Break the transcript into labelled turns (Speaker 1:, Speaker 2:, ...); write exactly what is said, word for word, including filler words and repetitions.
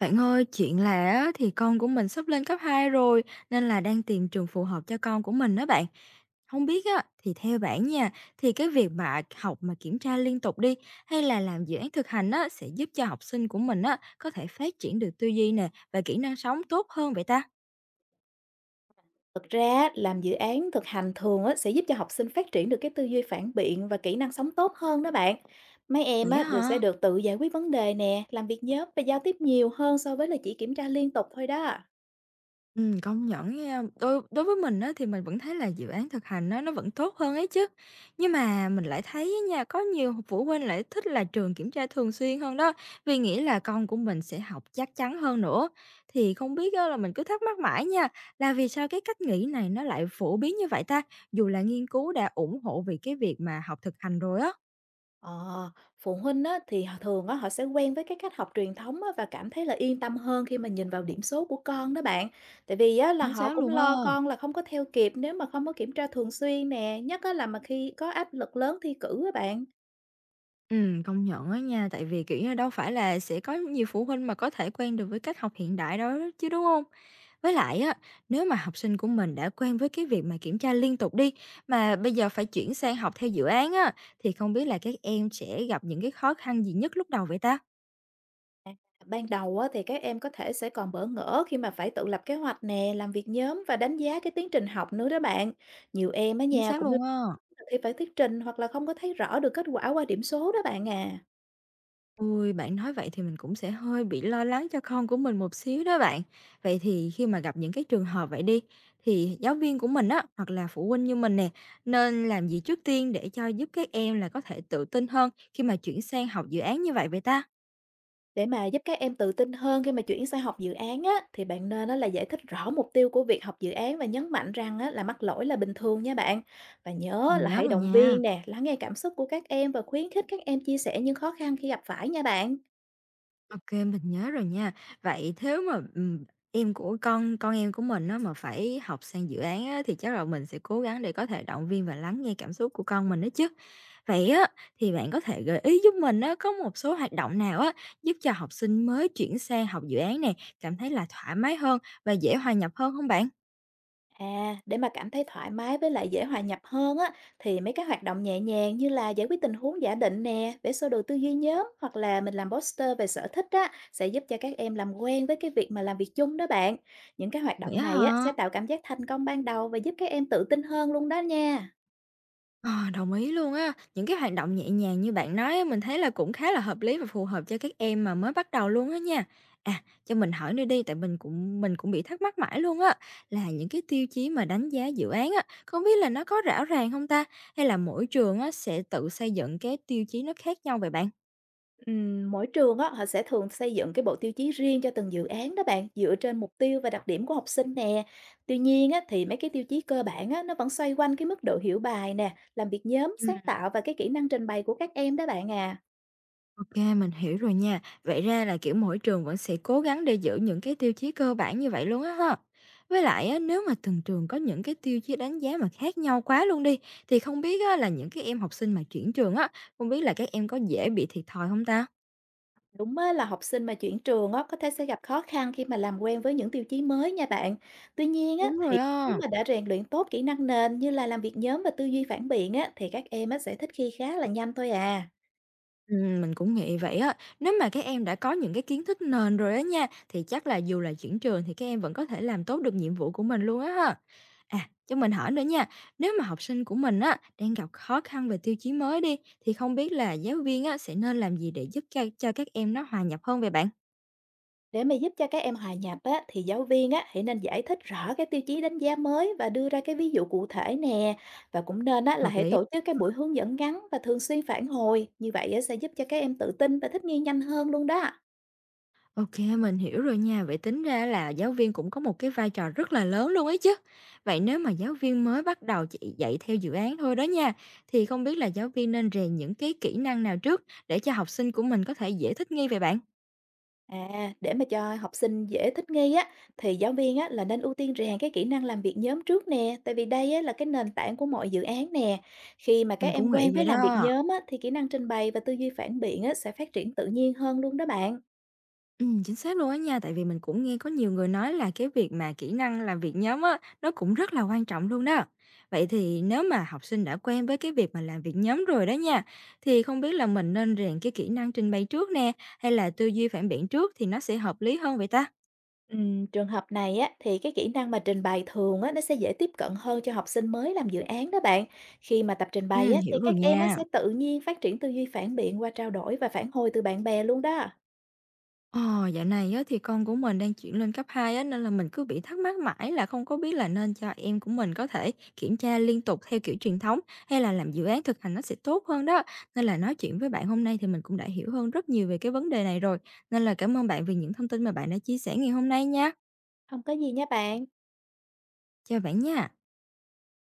Speaker 1: Bạn ơi, chuyện là á, thì con của mình sắp lên cấp hai rồi nên là đang tìm trường phù hợp cho con của mình đó bạn. Không biết á thì theo bạn nha, thì cái việc mà học mà kiểm tra liên tục đi, hay là làm dự án thực hành á, sẽ giúp cho học sinh của mình á, có thể phát triển được tư duy nè và kỹ năng sống tốt hơn vậy ta?
Speaker 2: Thực ra á, làm dự án thực hành thường á, sẽ giúp cho học sinh phát triển được cái tư duy phản biện và kỹ năng sống tốt hơn đó bạn. Mấy em
Speaker 1: Vậy
Speaker 2: á,
Speaker 1: á
Speaker 2: được sẽ
Speaker 1: hả?
Speaker 2: được tự giải quyết vấn đề nè, làm việc nhóm và giao tiếp nhiều hơn so với là chỉ kiểm tra liên tục thôi đó.
Speaker 1: Ừm, công nhận nha. Đối đối với mình á, thì mình vẫn thấy là dự án thực hành á, nó vẫn tốt hơn ấy chứ. Nhưng mà mình lại thấy á nha, có nhiều phụ huynh lại thích là trường kiểm tra thường xuyên hơn đó, vì nghĩ là con của mình sẽ học chắc chắn hơn nữa. Thì không biết á, là mình cứ thắc mắc mãi nha, là vì sao cái cách nghĩ này nó lại phổ biến như vậy ta? Dù là nghiên cứu đã ủng hộ về cái việc mà học thực hành rồi á.
Speaker 2: Ờ, phụ huynh á, thì họ thường á, họ sẽ quen với cái cách học truyền thống á, và cảm thấy là yên tâm hơn khi mà nhìn vào điểm số của con đó bạn. Tại vì á, là
Speaker 1: Chính
Speaker 2: họ
Speaker 1: xác
Speaker 2: cũng
Speaker 1: luôn á.
Speaker 2: lo con là không có theo kịp nếu mà không có kiểm tra thường xuyên nè, nhất á, là mà khi có áp lực lớn thi cử á bạn.
Speaker 1: Ừm, công nhận á nha, tại vì, kiểu như, đâu phải là sẽ có nhiều phụ huynh mà có thể quen được với cách học hiện đại đó chứ, đúng không? Với lại á, nếu mà học sinh của mình đã quen với cái việc mà kiểm tra liên tục đi, mà bây giờ phải chuyển sang học theo dự án á, thì không biết là các em sẽ gặp những cái khó khăn gì nhất lúc đầu vậy ta?
Speaker 2: À, ban đầu á, thì các em có thể sẽ còn bỡ ngỡ khi mà phải tự lập kế hoạch nè, làm việc nhóm và đánh giá cái tiến trình học nữa đó bạn. Nhiều em ở
Speaker 1: Chính
Speaker 2: nhà
Speaker 1: xác
Speaker 2: cũng lo
Speaker 1: luôn á.
Speaker 2: khi phải thuyết trình hoặc là không có thấy rõ được kết quả qua điểm số đó bạn à.
Speaker 1: Ôi, bạn nói vậy thì mình cũng sẽ hơi bị lo lắng cho con của mình một xíu đó bạn. Vậy thì khi mà gặp những cái trường hợp vậy đi, thì giáo viên của mình á, hoặc là phụ huynh như mình nè, nên làm gì trước tiên để cho giúp các em là có thể tự tin hơn khi mà chuyển sang học dự án như vậy vậy ta?
Speaker 2: Để mà giúp các em tự tin hơn khi mà chuyển sang học dự án á, thì bạn nên á, là giải thích rõ mục tiêu của việc học dự án và nhấn mạnh rằng á, là mắc lỗi là bình thường nha bạn. Và nhớ
Speaker 1: Mình
Speaker 2: là
Speaker 1: nhớ
Speaker 2: hãy
Speaker 1: rồi
Speaker 2: động
Speaker 1: nha.
Speaker 2: viên nè, lắng nghe cảm xúc của các em và khuyến khích các em chia sẻ những khó khăn khi gặp phải nha bạn.
Speaker 1: OK, mình nhớ rồi nha. Vậy nếu mà, ừm, em của con con em của mình nó mà phải học sang dự án á, thì chắc là mình sẽ cố gắng để có thể động viên và lắng nghe cảm xúc của con mình đó chứ. Vậy á, thì bạn có thể gợi ý giúp mình á, có một số hoạt động nào á, giúp cho học sinh mới chuyển sang học dự án này cảm thấy là thoải mái hơn và dễ hòa nhập hơn không bạn?
Speaker 2: À, để mà cảm thấy thoải mái với lại dễ hòa nhập hơn á, thì mấy cái hoạt động nhẹ nhàng như là giải quyết tình huống giả định nè, vẽ sơ đồ tư duy nhóm hoặc là mình làm poster về sở thích á, sẽ giúp cho các em làm quen với cái việc mà làm việc chung đó bạn. Những cái hoạt
Speaker 1: Vậy
Speaker 2: động
Speaker 1: á
Speaker 2: này á, sẽ
Speaker 1: hả?
Speaker 2: tạo cảm giác thành công ban đầu và giúp các em tự tin hơn luôn đó nha.
Speaker 1: Ờ, đồng ý luôn á. Những cái hoạt động nhẹ nhàng như bạn nói á, mình thấy là cũng khá là hợp lý và phù hợp cho các em mà mới bắt đầu luôn á nha. À, cho mình hỏi nữa đi, tại mình cũng mình cũng bị thắc mắc mãi luôn á, là những cái tiêu chí mà đánh giá dự án á, không biết là nó có rõ ràng không ta? Hay là mỗi trường á, sẽ tự xây dựng cái tiêu chí nó khác nhau vậy bạn?
Speaker 2: Ừm, mỗi trường á, họ sẽ thường xây dựng cái bộ tiêu chí riêng cho từng dự án đó bạn, dựa trên mục tiêu và đặc điểm của học sinh nè. Tuy nhiên á, thì mấy cái tiêu chí cơ bản á, nó vẫn xoay quanh cái mức độ hiểu bài nè, làm việc nhóm, sáng tạo và cái kỹ năng trình bày của các em đó bạn à.
Speaker 1: OK, mình hiểu rồi nha. Vậy ra là, kiểu, mỗi trường vẫn sẽ cố gắng để giữ những cái tiêu chí cơ bản như vậy luôn á ha. Với lại á, nếu mà từng trường có những cái tiêu chí đánh giá mà khác nhau quá luôn đi, thì không biết á, là những cái em học sinh mà chuyển trường á, không biết là các em có dễ bị thiệt thòi không ta?
Speaker 2: Đúng á, là học sinh mà chuyển trường á, có thể sẽ gặp khó khăn khi mà làm quen với những tiêu chí mới nha bạn. Tuy nhiên á,
Speaker 1: Đúng
Speaker 2: thì
Speaker 1: rồi
Speaker 2: nếu
Speaker 1: á.
Speaker 2: mà đã rèn luyện tốt kỹ năng nền như là làm việc nhóm và tư duy phản biện á, thì các em á, sẽ thích nghi khá là nhanh thôi à.
Speaker 1: Ừm, mình cũng nghĩ vậy á. Nếu mà các em đã có những cái kiến thức nền rồi á nha, thì chắc là dù là chuyển trường thì các em vẫn có thể làm tốt được nhiệm vụ của mình luôn á ha. À, cho mình hỏi nữa nha, nếu mà học sinh của mình á đang gặp khó khăn về tiêu chí mới đi, thì không biết là giáo viên á sẽ nên làm gì để giúp cho, cho các em nó hòa nhập hơn về bạn?
Speaker 2: Để mà giúp cho các em hòa nhập á, thì giáo viên á, hãy nên giải thích rõ cái tiêu chí đánh giá mới và đưa ra cái ví dụ cụ thể nè. Và cũng nên á, là
Speaker 1: Hợp
Speaker 2: hãy
Speaker 1: lý.
Speaker 2: tổ chức cái buổi hướng dẫn ngắn và thường xuyên phản hồi. Như vậy á, sẽ giúp cho các em tự tin và thích nghi nhanh hơn luôn đó.
Speaker 1: OK, mình hiểu rồi nha. Vậy tính ra là giáo viên cũng có một cái vai trò rất là lớn luôn ấy chứ. Vậy nếu mà giáo viên mới bắt đầu chỉ dạy theo dự án thôi đó nha, thì không biết là giáo viên nên rèn những cái kỹ năng nào trước để cho học sinh của mình có thể dễ thích nghi vậy bạn?
Speaker 2: À, để mà cho học sinh dễ thích nghi á, thì giáo viên á, là nên ưu tiên rèn cái kỹ năng làm việc nhóm trước nè. Tại vì đây á, là cái nền tảng của mọi dự án nè. Khi mà các
Speaker 1: Mình
Speaker 2: em
Speaker 1: cũng nghĩ
Speaker 2: quen với
Speaker 1: vậy
Speaker 2: làm việc
Speaker 1: đó.
Speaker 2: nhóm á, thì kỹ năng trình bày và tư duy phản biện á, sẽ phát triển tự nhiên hơn luôn đó bạn.
Speaker 1: Ừm, chính xác luôn á nha, tại vì mình cũng nghe có nhiều người nói là cái việc mà kỹ năng làm việc nhóm á, nó cũng rất là quan trọng luôn đó. Vậy thì nếu mà học sinh đã quen với cái việc mà làm việc nhóm rồi đó nha, thì không biết là mình nên rèn cái kỹ năng trình bày trước nè, hay là tư duy phản biện trước thì nó sẽ hợp lý hơn vậy ta?
Speaker 2: Ừm, trường hợp này á, thì cái kỹ năng mà trình bày thường á, nó sẽ dễ tiếp cận hơn cho học sinh mới làm dự án đó bạn. Khi mà tập trình bày
Speaker 1: Ừm,
Speaker 2: á, thì
Speaker 1: hiểu rồi
Speaker 2: các em á, sẽ
Speaker 1: nha.
Speaker 2: tự nhiên phát triển tư duy phản biện qua trao đổi và phản hồi từ bạn bè luôn đó.
Speaker 1: Ờ, dạo này á, thì con của mình đang chuyển lên cấp hai á, nên là mình cứ bị thắc mắc mãi là không có biết là nên cho em của mình có thể kiểm tra liên tục theo kiểu truyền thống hay là làm dự án thực hành nó sẽ tốt hơn đó. Nên là nói chuyện với bạn hôm nay thì mình cũng đã hiểu hơn rất nhiều về cái vấn đề này rồi. Nên là cảm ơn bạn vì những thông tin mà bạn đã chia sẻ ngày hôm nay nha.
Speaker 2: Không có gì nha bạn.
Speaker 1: Chào bạn nha.